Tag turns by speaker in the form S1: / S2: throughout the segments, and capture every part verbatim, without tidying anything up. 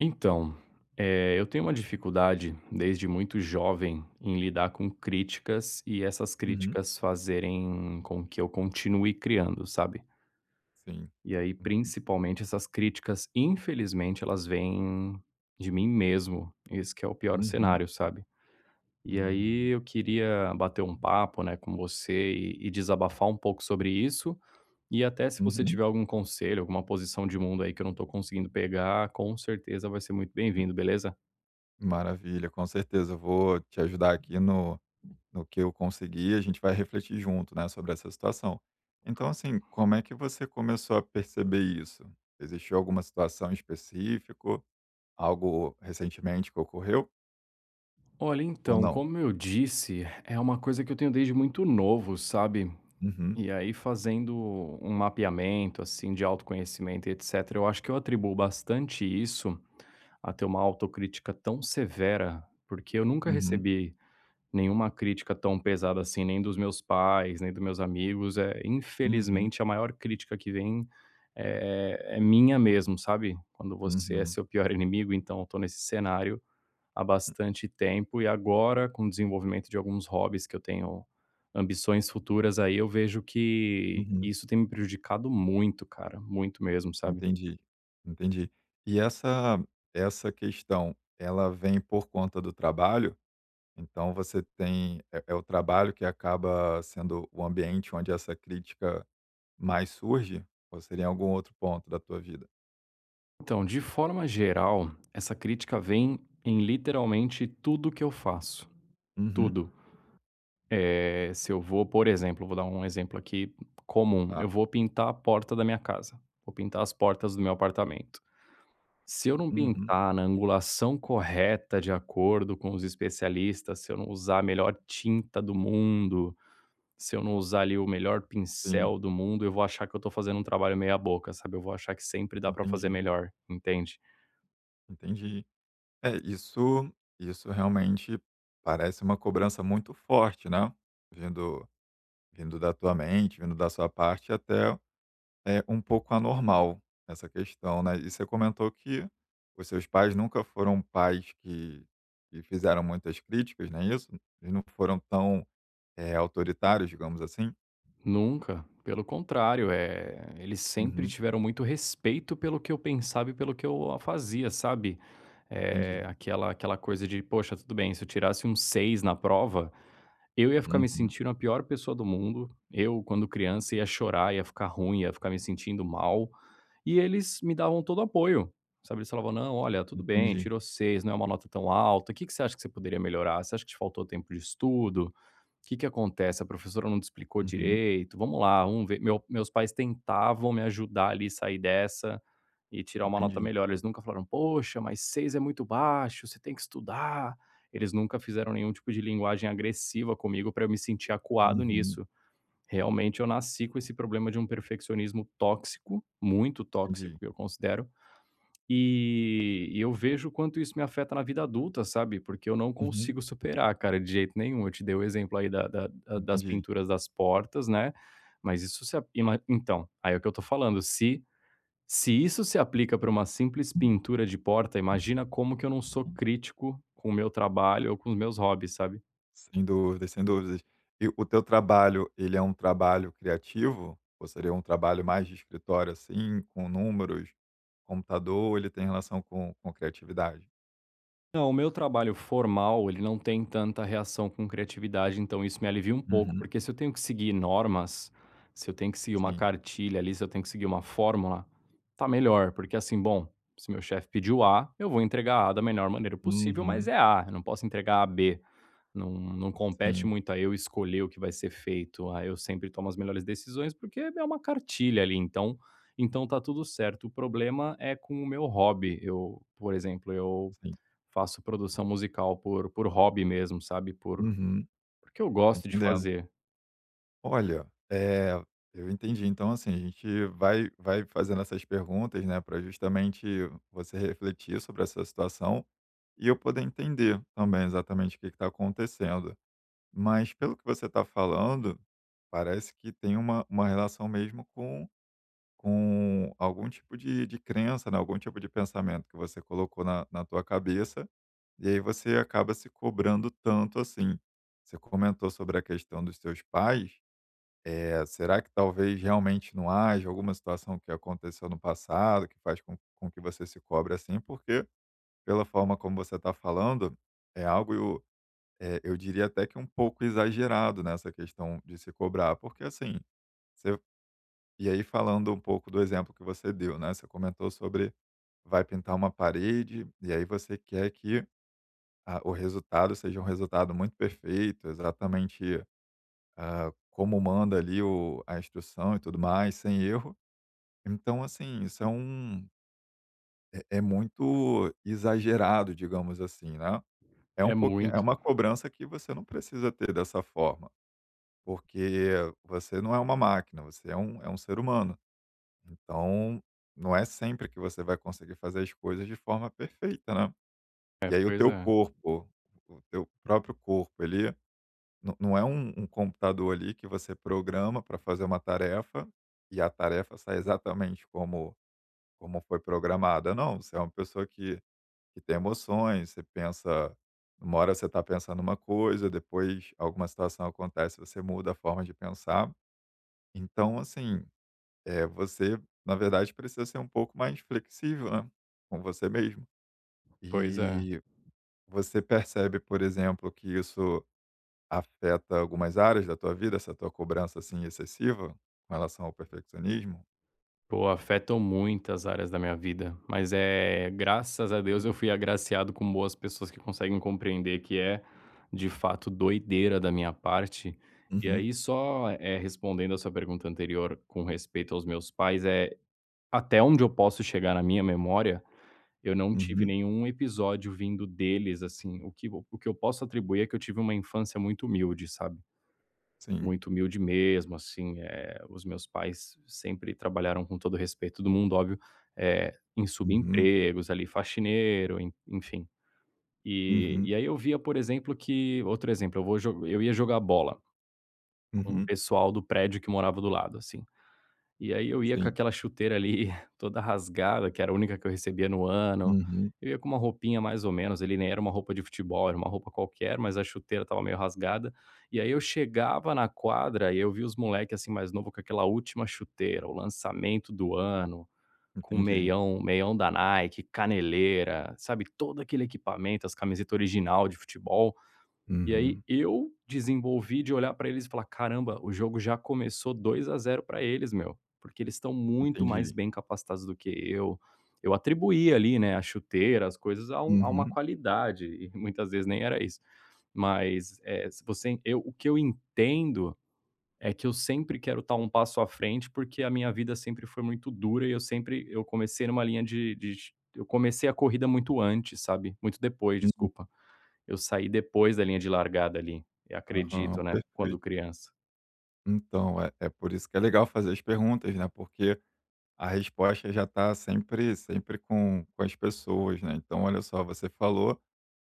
S1: Então, eh, eu tenho uma dificuldade desde muito jovem em lidar com críticas e essas
S2: Uhum.
S1: críticas fazerem com que eu continue criando, sabe?
S2: Sim.
S1: E aí, principalmente, essas críticas, infelizmente, elas vêm de mim mesmo. Esse que é o pior
S2: Uhum.
S1: cenário, sabe? E aí
S2: Hum.
S1: eu queria bater um papo, né, com você e, e desabafar um pouco sobre isso. E até se você
S2: Uhum.
S1: tiver algum conselho, alguma posição de mundo aí que eu não tô conseguindo pegar, com certeza vai ser muito bem-vindo, beleza?
S2: Maravilha, com certeza. Eu vou te ajudar aqui no no que eu conseguir. A gente vai refletir junto, né, sobre essa situação. Então, assim, como é que você começou a perceber isso? Existiu alguma situação específica, algo recentemente que ocorreu
S1: Olha,
S2: ou
S1: então,
S2: não?
S1: como eu disse, é uma coisa que eu tenho desde muito novo, sabe?
S2: Uhum,
S1: E aí, fazendo um mapeamento, assim, de autoconhecimento e etcetera, eu acho que eu atribuo bastante isso a ter uma autocrítica tão severa, porque eu nunca
S2: uhum,
S1: recebi nenhuma crítica tão pesada assim, nem dos meus pais, nem dos meus amigos. É,
S2: uhum,
S1: infelizmente, a maior crítica que vem é, é minha mesmo, sabe? Quando você é
S2: uhum,
S1: seu pior inimigo, então eu tô nesse cenário há bastante tempo e agora, com o desenvolvimento de alguns hobbies que eu tenho, ambições futuras aí, eu vejo que
S2: uhum.
S1: isso tem me prejudicado muito, cara, muito mesmo, sabe?
S2: Entendi, entendi. E essa essa questão, ela vem por conta do trabalho? Então você tem, é é o trabalho que acaba sendo o ambiente onde essa crítica mais surge? Ou seria em algum outro ponto da tua vida?
S1: Então, de forma geral, essa crítica vem em literalmente tudo que eu faço,
S2: Uhum,
S1: tudo. Eh, se eu vou, por exemplo, vou dar um exemplo aqui comum,
S2: tá.
S1: eu vou pintar a porta da minha casa, vou pintar as portas do meu apartamento. Se eu não
S2: Uhum,
S1: pintar na angulação correta de acordo com os especialistas, se eu não usar a melhor tinta do mundo, se eu não usar ali o melhor
S2: sim,
S1: pincel do mundo, eu vou achar que eu tô fazendo um trabalho meia boca, sabe, eu vou achar que sempre dá pra fazer
S2: entendi,
S1: melhor, entende?
S2: entendi. É, isso isso realmente parece uma cobrança muito forte, né, vindo vindo da tua mente, vindo da sua parte até. É um pouco anormal essa questão, né. E você comentou que os seus pais nunca foram pais que que fizeram muitas críticas, não é isso? Eles não foram tão, eh, autoritários, digamos assim?
S1: Nunca, pelo contrário, é, eles sempre
S2: Uhum,
S1: tiveram muito respeito pelo que eu pensava e pelo que eu fazia, sabe. Eh,
S2: entendi.
S1: aquela aquela coisa de: "Poxa, tudo bem, se eu tirasse um seis na prova, eu ia ficar me
S2: Uhum,
S1: sentindo a pior pessoa do mundo. Eu, quando criança, ia chorar, ia ficar ruim, ia ficar me sentindo mal". E eles me davam todo o apoio, sabe. Eles falavam: "Não, olha, tudo bem,
S2: entendi.
S1: tirou seis, não é uma nota tão alta. O que que você acha que você poderia melhorar? Você acha que te faltou tempo de estudo? Que que acontece? A professora não te explicou
S2: Uhum,
S1: direito? Vamos lá, vamos ver. Meu meus pais tentavam me ajudar ali sair dessa e tirar uma nota
S2: entendi.
S1: melhor. Eles nunca falaram: "Poxa, mas seis é muito baixo, você tem que estudar". Eles nunca fizeram nenhum tipo de linguagem agressiva comigo para eu me sentir acuado
S2: Uhum,
S1: nisso. Realmente eu nasci com esse problema de um perfeccionismo tóxico, muito tóxico,
S2: entendi.
S1: que eu considero, e e eu vejo o quanto isso me afeta na vida adulta, sabe, porque eu não
S2: Uhum,
S1: consigo superar, cara, de jeito nenhum. Eu te dei o exemplo aí da da da das
S2: entendi.
S1: pinturas das portas, né, mas isso se ap ima então, aí é o que eu tô falando, se se isso se aplica para uma simples pintura de porta, imagina como que eu não sou crítico com o meu trabalho ou com os meus hobbies, sabe?
S2: Sem dúvidas, sem dúvidas. E o teu trabalho, ele é um trabalho criativo? Ou seria um trabalho mais de escritório, assim, com números, computador? Ele tem relação com com criatividade?
S1: Não, o meu trabalho formal, ele não tem tanta reação com criatividade, então isso me alivia um pouco,
S2: Uhum.
S1: porque se eu tenho que seguir normas, se eu tenho que seguir uma
S2: Sim.
S1: cartilha ali, se eu tenho que seguir uma fórmula, tá melhor, porque assim, bom, se meu chefe pediu A, eu vou entregar A da melhor maneira possível, mas
S2: Uhum.
S1: é A, eu não posso entregar A, B. Não, não compete
S2: Sim,
S1: muito a eu escolher o que vai ser feito, a eu sempre tomo as melhores decisões, porque é uma cartilha ali, então, então tá tudo certo. O problema é com o meu hobby. Eu, por exemplo, eu
S2: sim.
S1: faço produção musical por por hobby mesmo, sabe, por
S2: Uhum.
S1: porque eu
S2: Tô
S1: gosto de
S2: entendendo.
S1: fazer.
S2: Olha, eh, eu entendi. Então, assim, a gente vai vai fazendo essas perguntas, né, para justamente você refletir sobre essa situação e eu poder entender também exatamente o que está acontecendo. Mas pelo que você está falando, parece que tem uma uma relação mesmo com com algum tipo de de crença, né, algum tipo de pensamento que você colocou na na tua cabeça. E aí você acaba se cobrando tanto assim. Você comentou sobre a questão dos seus pais. É, será que talvez realmente não haja alguma situação que aconteceu no passado que faz com, com que você se cobre assim? Porque, pela forma como você está falando, é algo, eu, é, eu diria até que um pouco exagerado nessa questão de se cobrar. Porque, assim, você, e aí falando um pouco do exemplo que você deu, né? Você comentou sobre: vai pintar uma parede e aí você quer que a o resultado seja um resultado muito perfeito, exatamente, ah, como manda ali o a instrução e tudo mais, sem erro. Então, assim, isso é um é é muito exagerado, digamos assim, né. É
S1: É
S2: um pouquinho, é
S1: muito.
S2: uma cobrança que você não precisa ter dessa forma, porque você não é uma máquina, você é um é um ser humano. Então, não é sempre que você vai conseguir fazer as coisas de forma perfeita, né.
S1: É,
S2: E aí o
S1: pois
S2: teu
S1: é,
S2: corpo, o teu próprio corpo, ele Não não é um um computador ali que você programa para fazer uma tarefa, e a tarefa sai exatamente como como foi programada. Não, você é uma pessoa que que tem emoções, você pensa, uma hora você está pensando uma coisa, depois alguma situação acontece, você muda a forma de pensar. Então, assim, é você, na verdade, precisa ser um pouco mais flexível, né, com você mesmo.
S1: pois é.
S2: E você percebe, por exemplo, que isso afeta algumas áreas da tua vida, essa tua cobrança, assim, excessiva com relação ao perfeccionismo?
S1: Pô, afetam muitas áreas da minha vida, mas, é, graças a Deus eu fui agraciado com boas pessoas que conseguem compreender que é, de fato, doideira da minha parte. E
S2: Uhum,
S1: aí só, eh, respondendo a sua pergunta anterior com respeito aos meus pais, é, até onde eu posso chegar na minha memória, eu não tive
S2: uhum.
S1: nenhum episódio vindo deles, assim, o que eu- o que eu posso atribuir é que eu tive uma infância muito humilde, sabe,
S2: Sim.
S1: muito humilde mesmo, assim, eh, os meus pais sempre trabalharam com todo o respeito do mundo, óbvio, eh, em
S2: Uhum,
S1: subempregos ali, faxineiro, en enfim. E e
S2: uhum,
S1: aí eu via, por exemplo, que, outro exemplo, eu vou jo eu ia jogar bola com o
S2: uhum.
S1: pessoal do prédio que morava do lado, assim. E aí eu ia com
S2: Sim.
S1: aquela chuteira ali toda rasgada, que era a única que eu recebia no ano.
S2: Uhum.
S1: Eu ia com uma roupinha mais ou menos, ele nem era uma roupa de futebol, era uma roupa qualquer, mas a chuteira estava meio rasgada. E aí eu chegava na quadra e eu vi os moleques assim mais novo com aquela última chuteira, o lançamento do ano, com
S2: Entendi.
S1: meião, meião da Nike, caneleira, sabe, todo aquele equipamento, as camisetas original de futebol. E aí
S2: Uhum.
S1: eu desenvolvi de olhar pra eles e falar: "Caramba, o jogo já começou dois a zero pra eles, meu", porque eles estão muito mais
S2: Entendi.
S1: bem capacitados do que eu. Eu atribuí ali, né, a chuteira, as coisas a um, a uma
S2: Uhum,
S1: qualidade, e muitas vezes nem era isso. Mas, eh, se você, eu, o que eu entendo é que eu sempre quero estar um passo à frente, porque a minha vida sempre foi muito dura e eu sempre, eu comecei numa linha de de eu comecei a corrida muito antes, sabe, muito depois,
S2: uhum.
S1: desculpa. Eu saí depois da linha de largada ali, eu
S2: Aham,
S1: acredito, né, quando
S2: perfeito.
S1: criança.
S2: Então, é é por isso que é legal fazer as perguntas, né, porque a resposta já está sempre sempre com com as pessoas, né. Então, olha só, você falou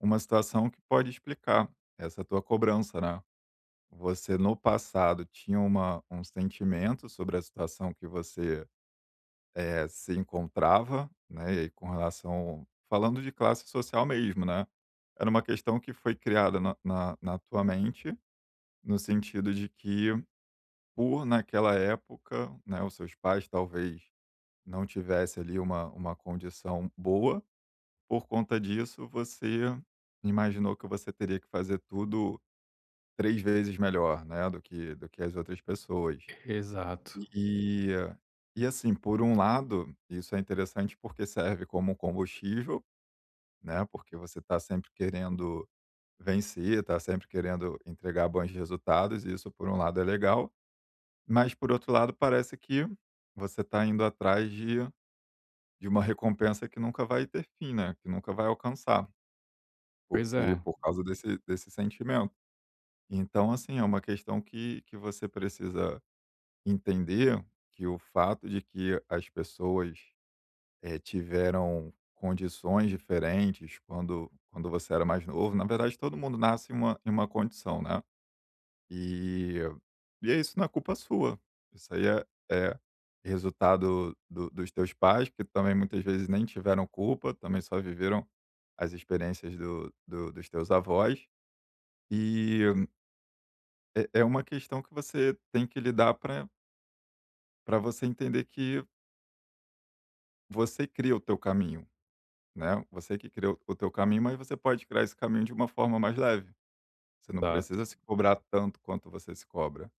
S2: uma situação que pode explicar essa tua cobrança, né. Você no passado tinha uma um sentimento sobre a situação que você, eh, se encontrava, né, e aí com relação, falando de classe social mesmo, né. Era uma questão que foi criada na na na tua mente, no sentido de que, por naquela época, né, os seus pais talvez não tivesse ali uma uma condição boa, por conta disso você imaginou que você teria que fazer tudo três vezes melhor, né, do que do que as outras pessoas.
S1: Exato.
S2: E eh, e assim, por um lado, isso é interessante porque serve como combustível, né, porque você está sempre querendo vencer, está sempre querendo entregar bons resultados, e isso por um lado é legal, mas por outro lado parece que você está indo atrás de de uma recompensa que nunca vai ter fim, né, que nunca vai alcançar,
S1: Pois
S2: porque
S1: é,
S2: por causa desse desse sentimento. Então assim, é uma questão que que você precisa entender, que o fato de que as pessoas, eh, tiveram condições diferentes quando quando você era mais novo. Na verdade, todo mundo nasce em uma, em uma condição, né? E, e é isso, não é culpa sua. Isso aí é, é resultado do- dos teus pais, que também muitas vezes nem tiveram culpa, também só viveram as experiências do, do- dos teus avós. E é, é uma questão que você tem que lidar para você entender que você cria o teu caminho, né? Você que criou o teu caminho, mas você pode criar esse caminho de uma forma mais leve. Você não precisa
S1: exato.
S2: se cobrar tanto quanto você se cobra,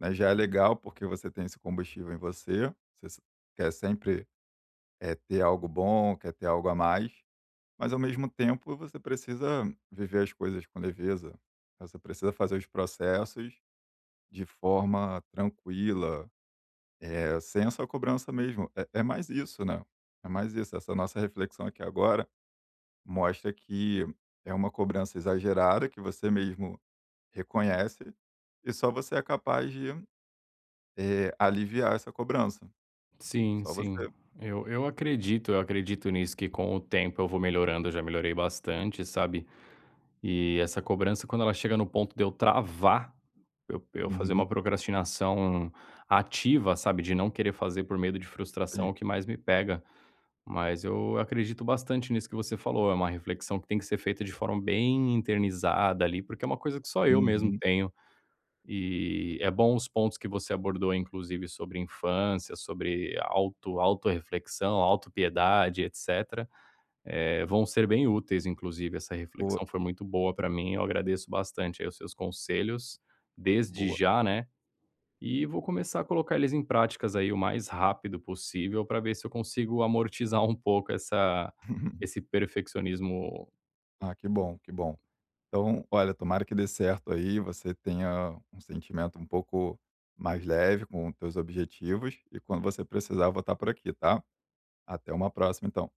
S2: né? Já é legal porque você tem esse combustível em você, você se- quer sempre é ter algo bom, quer ter algo a mais, mas ao mesmo tempo você precisa viver as coisas com leveza. Você precisa fazer os processos de forma tranquila, eh, sem essa cobrança mesmo. É, é mais isso, né? É mais isso. Essa nossa reflexão aqui agora mostra que é uma cobrança exagerada, que você mesmo reconhece, e só você é capaz de, eh, aliviar essa cobrança.
S1: Sim,
S2: Só você.
S1: sim. Eu eu acredito, eu acredito nisso, que com o tempo eu vou melhorando, eu já melhorei bastante, sabe. E essa cobrança, quando ela chega no ponto de eu travar, eu eu fazer uma
S2: Uhum,
S1: procrastinação ativa, sabe, de não querer fazer por medo de frustração, é
S2: sim.
S1: o que mais me pega. Mas eu acredito bastante nisso que você falou, é uma reflexão que tem que ser feita de forma bem internizada ali, porque é uma coisa que só eu mesmo
S2: Uhum.
S1: tenho. E é bom os pontos que você abordou, inclusive, sobre infância, sobre auto, reflexão, autopiedade, etcetera, eh, vão ser bem úteis, inclusive. Essa
S2: Boa,
S1: reflexão foi muito boa para mim. Eu agradeço bastante aí os seus conselhos desde
S2: boa.
S1: já, né? E vou começar a colocar eles em práticas aí o mais rápido possível para ver se eu consigo amortizar um pouco essa, esse perfeccionismo
S2: Ah, que bom, que bom. Então, olha, tomara que dê certo aí, você tenha um sentimento um pouco mais leve com os teus objetivos, e quando você precisar, eu vou estar por aqui, tá? Até uma próxima, então.